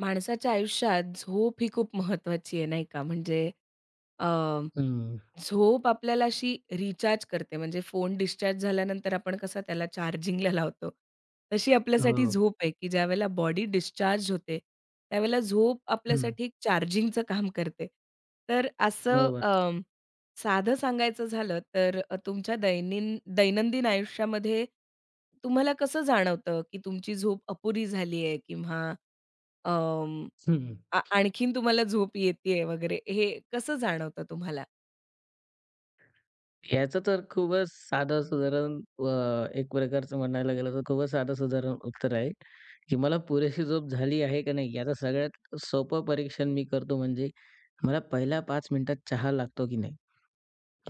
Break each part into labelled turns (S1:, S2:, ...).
S1: माणसाच्या आयुष्यात झोप ही खूप महत्त्वाची आहे, नाही का? म्हणजे अ,
S2: हं.
S1: झोप आपल्याला अशी रिचार्ज करते. म्हणजे फोन डिस्चार्ज झाल्यानंतर आपण कसं त्याला चार्जिंगला लावतो, तशी आपल्यासाठी
S2: हो.
S1: झोप आहे, की ज्यावेळेला बॉडी डिस्चार्ज होते, त्यावेळेला झोप
S2: हं.
S1: आपल्यासाठी एक चार्जिंगचं काम करते. तर असं
S2: बरोबर.
S1: साधं सांगायचं झालं तर तुमच्या दैनंदिन आयुष्यामध्ये तुम्हाला कसं जाणवतं, की तुमची झोप अपुरी झाली आहे किंवा अं,
S2: हं.
S1: आणखीन तुम्हाला झोप येतेय वगैरे हे कसं जाणवतं तुम्हाला?
S2: ह्याचं तर खूपच साधं सुधारण अ, एक प्रकारचं म्हणायला गेलं तर खूपच साधं सुधारण उत्तर आहे, की मला पुरेशी झोप झाली आहे का नाही? याचं सगळ्यात सोपं परीक्षण मी करतो म्हणजे मला पहिल्या 5 मिनिटात चहा लागतो की नाही?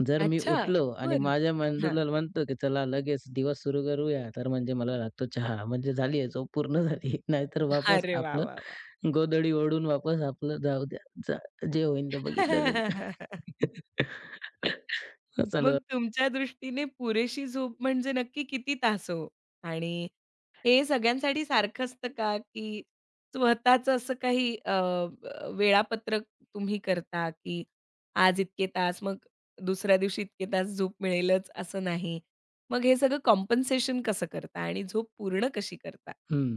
S2: जर मी
S1: अच्छा,
S2: उठलो आणि
S1: बर
S2: माझ्या
S1: हां.
S2: मेंदूला म्हणतो, की चला लगेच दिवस सुरू करूया, तर म्हणजे मला लागतो चहा. म्हणजे झाली आहे झोप पूर्ण झाली. नाहीतर वापस
S1: अरे वाह,
S2: आपलं
S1: वाह, वाह!
S2: गोधडी ओढून वापस आपलं जाऊ द्या. जा जे होईल ते बघितलं जाईल.
S1: मग
S2: चालू
S1: तुमच्या दृष्टीने पुरेशी झोप म्हणजे नक्की किती तास हो? आणि हे सगळ्यांसाठी सारखं असतं का, की स्वतःचं असं काही अ, अ, वेळापत्रक तुम्ही करता, की आज इतके तास, मग दुसऱ्या दिवशी इतके तास झोप मिळेलच असं नाही. मग हे सगळं कॉम्पेन्सेशन कसं करता आणि झोप पूर्ण कशी करता?
S2: हं.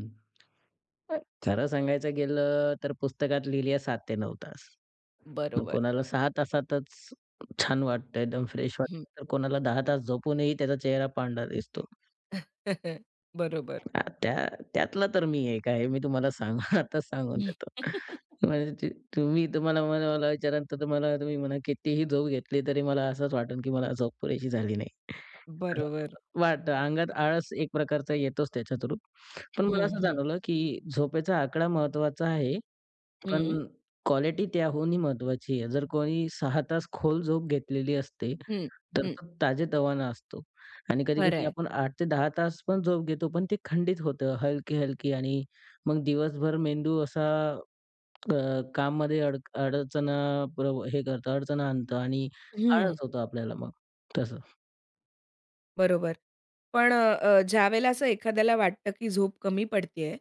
S2: खरं सांगायचं गेलं तर पुस्तकात लिहिली आहे 7 ते 9 तास. मग
S1: बरोबर.
S2: कोणाला 6 तासातच छान वाटतं, एकदम फ्रेश वाटतं.
S1: हं.
S2: तर कोणाला 10 तास झोपूनही त्याचा चेहरा पांढरा दिसतो.
S1: बरोबर.
S2: हां, त्यातला तर मी एक आहे. मी तुम्हाला आताच सांगून देतो. म्हणजे तुम्ही तुम्हाला मला मला विचाराल तर तुम्हाला तुम्ही म्हणा कितीही झोप घेतली तरी मला असंच वाटेल की मला झोप पुरेशी झाली नाही.
S1: बरोबर.
S2: असं वाटतं अंगात आळस एक प्रकारचा येतोच त्याच्या थ्रू. पण मला
S1: हं,
S2: असं
S1: हं.
S2: जाणवलं की झोपेचा आकडा महत्त्वाचा आहे, पण
S1: हं. हं.
S2: क्वालिटी त्याहूनही महत्त्वाची आहे. जर कोणी 6 तास खोल झोप घेतलेली असते तर
S1: हं, हं.
S2: तो ताजेतवाना असतो आणि कधी-कधी
S1: खरं
S2: आपण 8 ते 10 तास पण झोप घेतो, पण ती खंडित होतं, हलकी-हलकी आणि मग दिवसभर मेंदू असा अ, काममध्ये अडचणा हे करतो, अडचण आणतं आणि आळस होतो आपल्याला मग तसं.
S1: बरोबर. पण अ, अ, ज्यावेळेला असं एखाद्याला वाटतं, की झोप कमी पडतेय,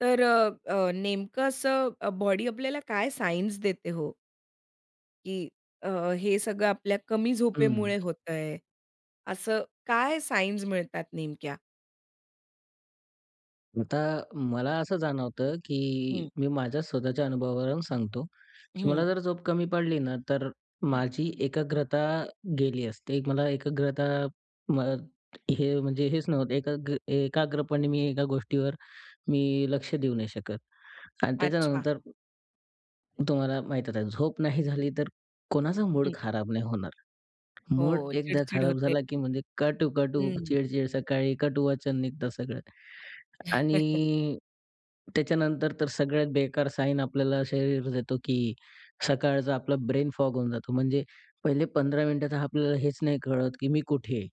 S1: तर अ, अ, नेमकं असं बॉडी आपल्याला काय सायन्स देते हो, की अ, हे सगळं आपल्या कमी
S2: हं.
S1: झोपेमुळे होतंय? असं काय सायन्स मिळतात नेमक्या?
S2: आता मला असं जाणवतं, की
S1: हं,
S2: मी माझ्या स्वतःच्या अनुभवावरून सांगतो, की मला
S1: हं,
S2: जर झोप कमी पडली ना, तर
S1: हं.
S2: माझी एकाग्रता गेली असते. मला एकाग्रता म हे म्हणजे हेच नव्हतं एकाग्रपणे मी एका गोष्टीवर लक्ष देऊ नाही शकत. आणि
S1: अच्छा.
S2: त्याच्यानंतर तुम्हाला माहीतच आहे झोप नाही झाली, तर कोणाचा मूड
S1: हं.
S2: खराब नाही होणार. मूड
S1: हो,
S2: एकदा
S1: चिडचिड
S2: खराब
S1: होते.
S2: झाला, की म्हणजे काटू, काटू,
S1: हं.
S2: चिड-चिड, सकाळी काटू वाचन निघतं सगळं. आणि त्याच्यानंतर तर सगळ्यात बेकार साईन आपल्याला शरीर देतो, की सकाळचा आपला ब्रेन फॉग होऊन जातो. म्हणजे पहिले 15 मिनिटात आपल्याला हेच नाही कळत, की मी कुठे आहे?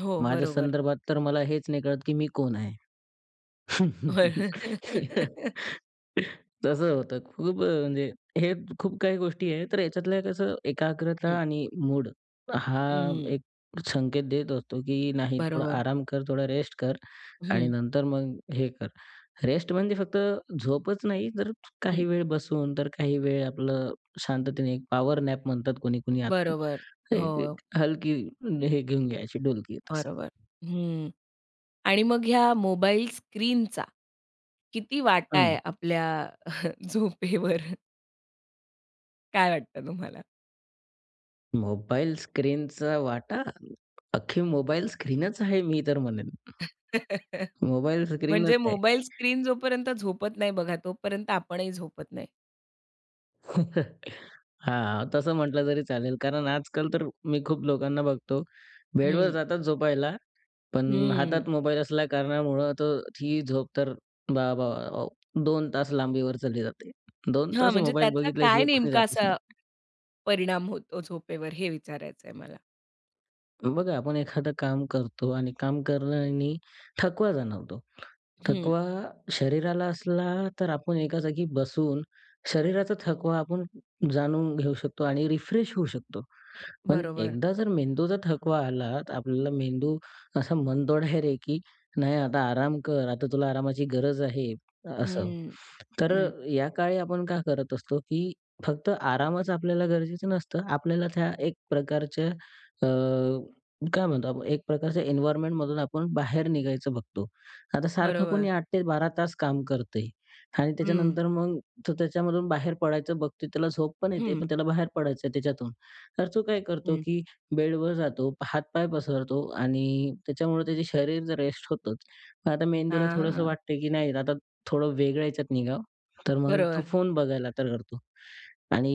S1: हो,
S2: माझ्या
S1: बरोबर.
S2: संदर्भात तर मला हेच नाही कळत, की मी कोण आहे?
S1: होय.
S2: तसं होतं. खूप म्हणजे हे खूप काही गोष्टी आहेत. तर याच्यातलं कसं एकाग्रता
S1: हं,
S2: आणि मूड हा
S1: हं.
S2: एक संकेत देत असतो, की नाही थोडा
S1: बरोबर.
S2: आराम कर, थोडा रेस्ट कर आणि
S1: हं,
S2: नंतर मग हे कर. रेस्ट म्हणजे फक्त झोपच नाही, तर काही
S1: हं.
S2: वेळ बसून, तर काही वेळ आपलं शांततेने एक पॉवर नॅप म्हणतात कोणी-कोणी आजकाल.
S1: बरोबर.
S2: तर एक
S1: हो,
S2: एक हलकी हे घेऊन घ्यायची डुलकी तसं.
S1: बरोबर. हं. आणि मग ह्या मोबाईल स्क्रीनचा किती वाटा
S2: हं.
S1: आहे आपल्या झोपेवर? काय वाटतं तुम्हाला?
S2: मोबाईल स्क्रीनचा वाटा, अख्खी मोबाईल स्क्रीनच आहे मी तर म्हणेन. मोबाईल स्क्रीनच
S1: म्हणजे
S2: आहे.
S1: मोबाईल स्क्रीन जोपर्यंत झोपत नाही बघा, तोपर्यंत आपणही झोपत नाही.
S2: हां, तसं म्हटलं तरी चालेल. कारण आजकाल तर मी खूप लोकांना बघतो, बेडवर
S1: हं,
S2: जातात झोपायला, पण
S1: हं.
S2: हातात मोबाईल असल्या कारणामुळं तर ती झोप तर बा बा अ, 2 तास लांबीवर चालली जाते. 2
S1: हां,
S2: तास
S1: म्हणजे
S2: मोबाईल
S1: त्याचा काय
S2: बघितल्याशिवाय कोणी
S1: नेमका
S2: जातच
S1: असा
S2: नाही.
S1: परिणाम होतो झोपेवर हे विचारायचं आहे मला?
S2: बघा, आपण एखादं काम करतो आणि काम करण्याने थकवा जाणवतो.
S1: हं,
S2: थकवा शरीराला असला तर आपण एका जागी बसून शरीराचा थकवा आपण जाणून घेऊ शकतो आणि रिफ्रेश होऊ शकतो. पण
S1: बरोबर.
S2: एकदा जर मेंदूचा थकवा आला, तर आपल्याला मेंदू असा मनतोड आहे रे, की नाही आता आराम कर, आता तुला आरामाची गरज आहे, असं.
S1: हं,
S2: तर
S1: हं.
S2: या काळी आपण काय करत असतो, की फक्त आरामच आपल्याला गरजेचं नसतं. आपल्याला त्या एक प्रकारच्या अ, काय म्हणतो आपण, एक प्रकारच्या एन्व्हायर्नमेंटमधून आपण बाहेर निघायचं बघतो. आता सारखं कोणी
S1: बरोबर.
S2: 8 ते 12 तास काम करतंय आणि
S1: हं,
S2: त्याच्यानंतर मग तो त्याच्यामधून बाहेर पडायचं बघतोय. त्याला झोप पण येते,
S1: हं,
S2: पण त्याला बाहेर पडायचं त्याच्यातून. तर तो काय करतो,
S1: हं.
S2: की बेडवर जातो, हात-पाय पसरतो आणि त्याच्यामुळे त्याचे शरीर तर रेस्ट होतंच. पण आता मेंदूला थोडंसं
S1: हां,
S2: वाटतंय, की नाही आता थोडं वेगळ्या ह्याच्यात निघावं. तर मग तो
S1: बरोबर,
S2: फोन बघायला तर करतो आणि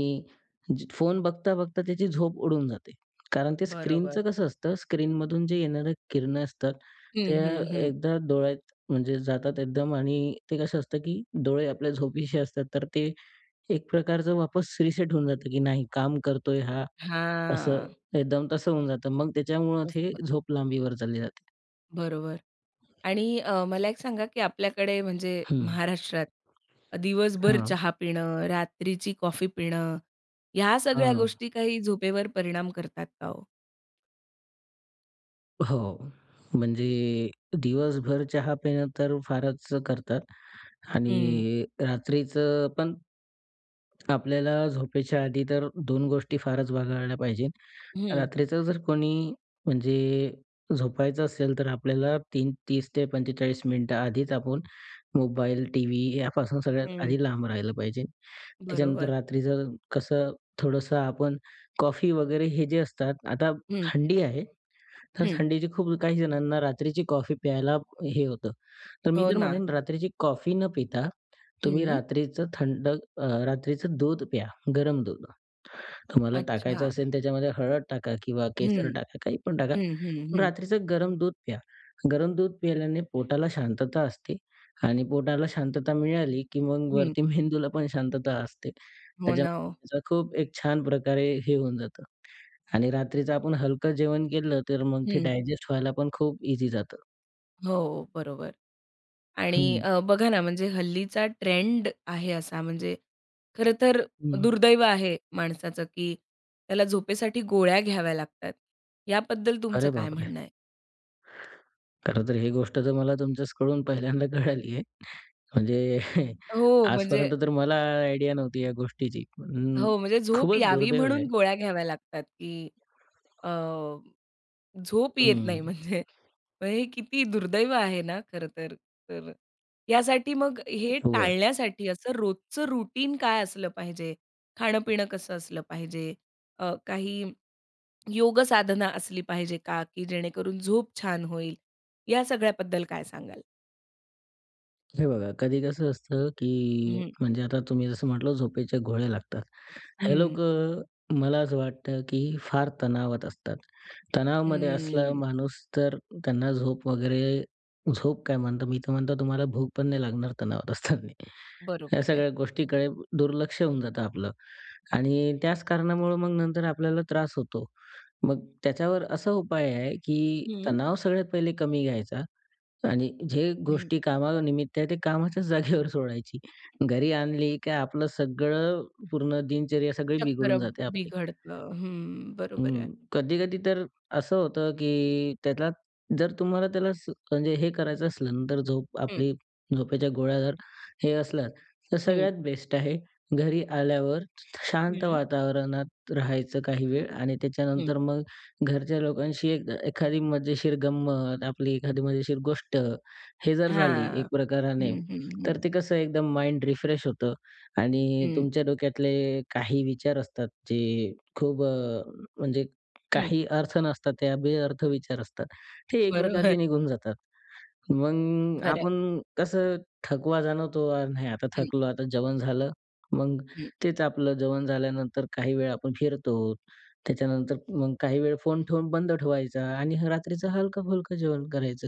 S2: फोन बघता-बघता त्याची झोप उडून जाते. कारण ते
S1: बरोबर.
S2: स्क्रीनचं कसं असतं, स्क्रीनमधून जे येणाऱ्या किरणं असतात,
S1: हं,
S2: त्या
S1: हं, हं.
S2: एकदा डोळ्यात म्हणजे जातात एकदम आणि ते कसं असतं, की डोळे आपल्या झोपीशी असतात, तर ते एक प्रकारचं वापस रिसेट होऊन जातं, की नाही काम करतोय हा असं
S1: हां,
S2: एकदम तसं होऊन जातं. मग त्याच्यामुळं ते
S1: तसं होतं.
S2: झोप लांबीवर चालली जाते.
S1: बरोबर. आणि मला एक सांगा, की आपल्याकडे म्हणजे
S2: हं.
S1: महाराष्ट्रात दिवसभर
S2: हां.
S1: चहा पिणं, रात्रीची कॉफी पिणं, ह्या सगळ्या
S2: हां.
S1: गोष्टी काही झोपेवर परिणाम करतात का हो?
S2: हो. म्हणजे दिवसभर चहा पिणं तर फारच करतात आणि
S1: हं,
S2: रात्रीचं पण आपल्याला झोपेच्या आधी तर 2 गोष्टी फारच बघायला पाहिजे.
S1: हं,
S2: रात्रीचं जर कोणी म्हणजे झोपायचं असेल तर आपल्याला 30 ते 45 मिनिटं आधीच आपण मोबाईल, टीव्ही यापासून सगळ्यात
S1: हं.
S2: आधी लांब राहिलं पाहिजे. त्याच्यानंतर
S1: बरोबर.
S2: रात्रीचं कसं थोडंसं आपण कॉफी वगैरे हे जे असतात, आता
S1: हं,
S2: थंडी आहे, तर
S1: हं.
S2: थंडीची खूप काही जणांना रात्रीची कॉफी प्यायला हे होतं. तर मी
S1: हो
S2: तर
S1: ना.
S2: म्हणेन रात्रीची कॉफी न पिता तुम्ही
S1: हं.
S2: रात्रीचं रात्रीचं दूध प्या, गरम दूध. तुम्हाला टाकायचं
S1: अच्छा.
S2: असेल त्याच्यामध्ये हळद टाका किंवा केसर
S1: हं,
S2: टाका, काही पण टाका.
S1: हं, हं, हं,
S2: रात्रीचं गरम दूध प्या. गरम दूध प्यायल्याने पोटाला शांतता असते आणि पोटाला शांतता मिळाली, की मग
S1: हं.
S2: वरती मेंदूला पण शांतता असते.
S1: हो ना, हो.
S2: त्याच्यामुळे त्याचा खूप एक छान प्रकारे हे होऊन जातं आणि रात्रीचं आपण हलकं जेवण केलं, तर मग ते
S1: हं.
S2: डायजेस्ट व्हायला पण खूप इझी जातं.
S1: हो, बरोबर. आणि
S2: हं,
S1: बघा ना, म्हणजे हल्लीचा ट्रेंड आहे असा म्हणजे खरं तर
S2: हं.
S1: दुर्दैव आहे माणसाचं, की त्याला झोपेसाठी गोळ्या घ्याव्या लागतात. याबद्दल
S2: अरे
S1: तुमचं काय
S2: बापरे!
S1: म्हणणं आहे?
S2: खरं तर ही गोष्ट तर मला तुमच्याचकडून पहिल्यांदा कळाली आहे. म्हणजे
S1: हो, म्हणजे
S2: आजपर्यंत तर मला आयडिया नव्हती या गोष्टीची. पण
S1: हो, म्हणजे झोप
S2: खूपच
S1: यावी
S2: दुर्दैव आहे.
S1: म्हणून गोळ्या घ्याव्या लागतात, की अ झोप येत
S2: हं.
S1: नाही म्हणजे. मग हे किती दुर्दैव आहे ना खरं तर. तर यासाठी मग हे
S2: हो.
S1: टाळण्यासाठी असं रोजचं रुटीन काय असलं पाहिजे? खाणं-पिणं कसं असलं पाहिजे? काही योग साधना असली पाहिजे का? की जेणेकरून झोप छान होईल? या सगळ्याबद्दल काय सांगाल?
S2: हे बघा, कधी कसं असतं, की
S1: हं,
S2: म्हणजे आता तुम्ही जसं म्हटलं झोपेचे घोळे लागतात. हे
S1: हं,
S2: लोकं मला असं वाटतं, की फार तणावात असतात. तणावामध्ये असला
S1: हं.
S2: माणूस तर त्यांना झोप वगैरे झोप काय म्हणतो मी तर म्हणतो तुम्हाला भूक पण नाही लागणार तणावात असताना. या
S1: बरोबर आहे.
S2: सगळ्या गोष्टीकडे दुर्लक्ष होऊन जातं आपलं आणि त्याच कारणामुळे मग नंतर आपल्याला त्रास होतो. मग त्याच्यावर असा उपाय आहे, की
S1: हं,
S2: तणाव सगळ्यात पहिले कमी घ्यायचा आणि जे
S1: हं.
S2: गोष्टी कामानिमित्त आहे, ते कामाच्याच जागेवर सोडायची. घरी आणली, काय आपलं सगळं पूर्ण दिनचर्या सगळी
S1: चक्र
S2: बिघडून जाते आपली.
S1: बिघडतं. हं, बरोबर आहे.
S2: हं. कधी-कधी तर असं होतं, की त्याला जर तुम्हाला त्याला म्हणजे हे करायचं असलं ना, तर झोप
S1: हं,
S2: आपली झोपेच्या गोळ्या जर हे असल्या, तर
S1: हं,
S2: सगळ्यात बेस्ट आहे घरी आल्यावर शांत
S1: हं,
S2: वातावरणात राहायचं काही वेळ आणि
S1: हं.
S2: त्याच्यानंतर मग घरच्या लोकांशी एक एखादी मजेशीर गंमत, आपली एखादी मजेशीर गोष्ट हे जर झाली एक
S1: हां.
S2: प्रकाराने,
S1: हं, हं,
S2: तर ते कसं एकदम माइंड रिफ्रेश होतं आणि
S1: हं,
S2: तुमच्या डोक्यातले काही विचार असतात जे खूप म्हणजे
S1: हं.
S2: काही अर्थ नसतात, त्या बेअर्थ विचार असतात. ते एक प्रकारचे
S1: बरोबर.
S2: निघून जातात. मग
S1: खरं
S2: आपण कसं थकवा जाणवतो, "अरे नाही, आता
S1: हं,
S2: थकलो, आता जेवण झालं." मग
S1: हं.
S2: तेच आपलं जेवण झाल्यानंतर काही वेळ आपण फिरतो. त्याच्यानंतर मग काही वेळ फोन ठेवून बंद ठेवायचा आणि रात्रीचं हलकं-फुलकं जेवण करायचं.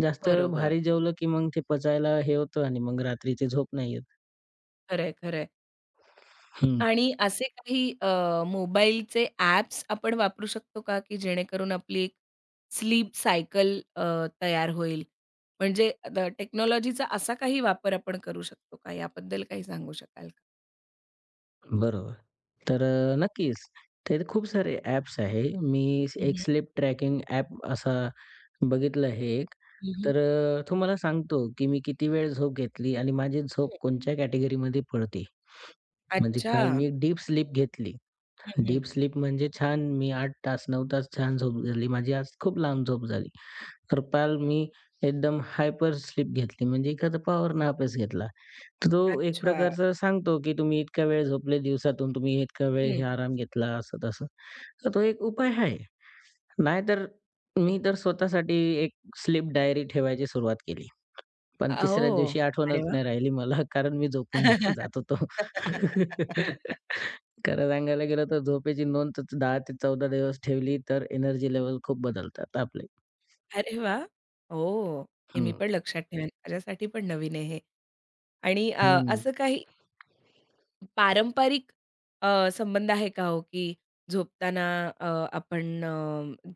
S2: जास्त
S1: बरोबर.
S2: भारी जेवलं की मग ते पचायला हे होतं आणि मग रात्रीची झोप नाही येत.
S1: खरं आहे, आणि असे काही मोबाईलचे ॲप्स आपण वापरू शकतो का, की जेणेकरून आपली एक स्लीप सायकल तयार होईल? म्हणजे द टेक्नॉलॉजीचा असा काही वापर आपण करू शकतो का? याबद्दल काही सांगू शकाल का?
S2: बरोबर. तर नक्कीच. ते खूप सारे ॲप्स आहे. मी
S1: हं,
S2: एक
S1: हं.
S2: स्लीप ट्रॅकिंग ॲप असा बघितलं आहे एक.
S1: हं,
S2: तर तुम्हाला सांगतो, की मी किती वेळ झोप घेतली आणि माझी झोप कोणत्या कॅटेगरीमध्ये पडते. म्हणजे
S1: अच्छा.
S2: काल मी डीप स्लीप घेतली.
S1: हं,
S2: डीप स्लीप म्हणजे छान मी 8 तास, 9 तास छान झोप झाली. माझी आज खूप लांब झोप झाली. तर काल मी एकदम हायपर स्लीप घेतली म्हणजे एखादा पॉवर नॅपच घेतला. तर तो एक
S1: अच्छा.
S2: प्रकारचा सांगतो, की तुम्ही इतका वेळ झोपले दिवसातून, तुम्ही इतका वेळ हे
S1: हं.
S2: आराम घेतला, असं-तसं. तर तो एक उपाय आहे. नाहीतर मी तर स्वतःसाठी एक स्लीप डायरी ठेवायची सुरुवात केली. पण तिसऱ्या
S1: हो.
S2: दिवशी आठवणच
S1: अरे वाह!
S2: नाही राहिली मला कारण मी झोपून जात होतो. खरं सांगायला गेलं तर झोपेची नोंद तर 10 ते 14 दिवस ठेवली तर एनर्जी लेव्हल खूप बदलतात आपले.
S1: अरे वाह! ओह! हे मी
S2: हं,
S1: पण लक्षात ठेवेन. माझ्यासाठी पण नवीन आहे हे आणि
S2: हं,
S1: असं काही पारंपरिक संबंध आहे का हो, की झोपताना अ, आपण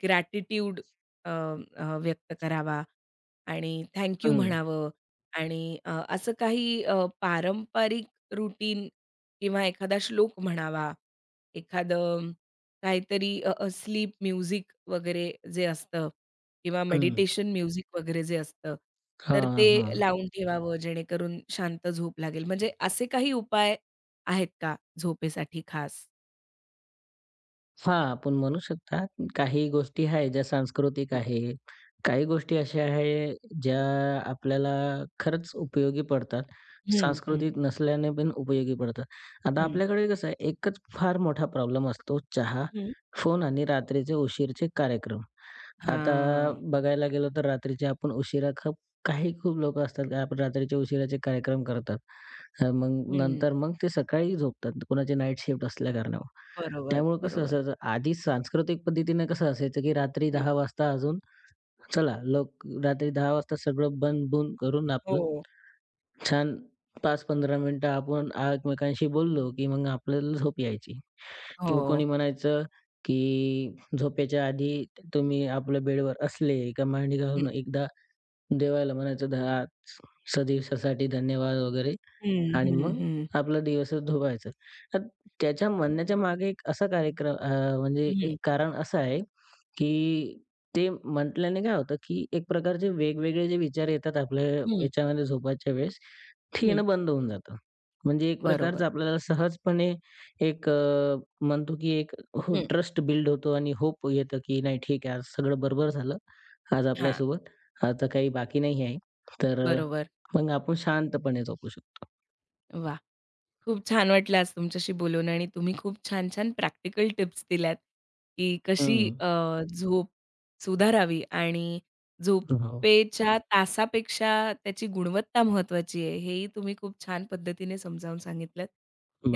S1: ग्रॅटिट्यूड व्यक्त करावा आणि थँक यू
S2: हं,
S1: म्हणावं आणि असं काही पारंपरिक रूटीन किंवा एखादा श्लोक म्हणावा, एखादं काहीतरी अ, अ, स्लीप म्युझिक वगैरे जे असतं किंवा
S2: हं.
S1: मेडिटेशन म्युझिक वगैरे जे असतं, तर ते
S2: हां, हां.
S1: लावून ठेवावं जेणेकरून शांत झोप लागेल. म्हणजे असे काही उपाय आहेत का झोपेसाठी खास?
S2: हां, आपण म्हणू शकता काही गोष्टी आहेत ज्या सांस्कृतिक
S1: हं,
S2: आहे. काही गोष्टी अशा आहे ज्या आपल्याला खरंच उपयोगी पडतात.
S1: हं, हं,
S2: सांस्कृतिक नसल्याने पण उपयोगी पडतात. आता
S1: हं,
S2: आपल्याकडे कसं आहे एकच फार मोठा प्रॉब्लेम असतो चहा,
S1: हं.
S2: फोन आणि रात्रीचे उशीरचे कार्यक्रम. आता
S1: हां.
S2: बघायला गेलो तर रात्रीचे आपण उशिरा काही खूप लोकं असतात की आपण रात्रीच्या उशिराचे कार्यक्रम करतात. मग
S1: हं.
S2: नंतर मग ते सकाळी झोपतात कोणाची नाईट शिफ्ट असल्या कारणामुळं.
S1: बरोबर,
S2: त्यामुळं कसं
S1: बरोबर.
S2: असायचं आधी सांस्कृतिक पद्धतीने कसं असायचं की रात्री
S1: हं.
S2: 10:00 वाजता अजून चला लोक रात्री 10:00 वाजता सगळं बंद-बुंद करून आपलं
S1: हो.
S2: छान 5-15 मिनिटं आपण एकमेकांशी बोललो की मग आपल्याला झोप यायची.
S1: हो.
S2: किंवा कोणी म्हणायचं की झोपेच्या आधी तुम्ही आपल्या बेडवर असले का मांडी घालून
S1: हं.
S2: एकदा देवाला म्हणायचं सदिवसासाठी धन्यवाद" वगैरे
S1: हं,
S2: आणि
S1: हं,
S2: मग
S1: हं.
S2: आपला दिवसच धुवायचा. तर त्याच्या म्हणण्याच्या मागे एक असा कार्यक्रम म्हणजे एक
S1: हं,
S2: कारण असं आहे, की ते म्हटल्याने काय होतं, की एक प्रकारचे वेगवेगळे जे विचार येतात आपल्या
S1: हं,
S2: याच्यामध्ये झोपायच्या वेळेस, ते
S1: हं.
S2: येणं बंद होऊन जातं. म्हणजे एक प्रकारचं
S1: बरोबर.
S2: आपल्याला सहजपणे एक म्हणतो की एक हो
S1: हं.
S2: ट्रस्ट बिल्ड होतो आणि होप येतं, की नाही ठीक आहे आज सगळं बरोबर झालं. आज
S1: हां,
S2: आपल्यासोबत. आता काही बाकी नाही आहे. तर
S1: बरोबर.
S2: मग आपण शांतपणे झोपू शकतो.
S1: वाह! खूप छान वाटलं आज तुमच्याशी बोलून आणि तुम्ही खूप छान-छान प्रॅक्टिकल टिप्स दिल्यात, की कशी
S2: हं.
S1: झोप सुधारावी आणि
S2: हो,
S1: झोपेच्या तासापेक्षा त्याची गुणवत्ता महत्वाची आहे, हेही तुम्ही खूप छान पद्धतीने समजावून सांगितलंत.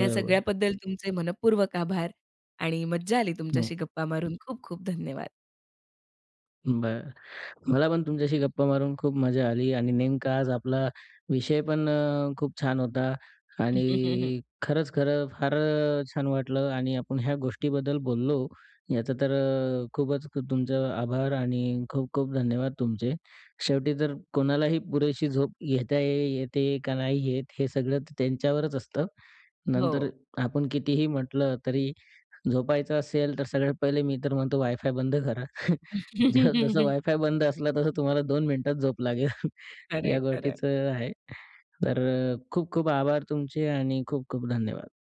S1: या सगळ्याबद्दल तुमचे मनःपूर्वक आभार आणि मज्जा आली
S2: हो.
S1: तुमच्याशी गप्पा मारून. खूप खूप धन्यवाद.
S2: बरं. मला पण तुमच्याशी गप्पा मारून खूप मजा आली आणि नेमका आज आपला विषय पण खूप छान होता आणि खरंच खरं फार छान वाटलं आणि आपण ह्या गोष्टीबद्दल बोललो याचा तर खूपच तुमचे आभार आणि खूप खूप धन्यवाद तुमचे. शेवटी तर कोणालाही पुरेशी झोप घेता येते का नाही येत हे सगळं त्यांच्यावरच असतं.
S1: हो.
S2: नंतर आपण कितीही म्हटलं तरी झोपायचं असेल तर सगळ्यात पहिले मी तर म्हणतो वायफाय बंद करा. जसं वायफाय बंद असला तसं तुम्हाला 2 मिनिटात झोप लागेल. या
S1: खरंय, खरंय.
S2: गोष्टीचं आहे. तर खूप खूप आभार तुमचे आणि खूप खूप धन्यवाद.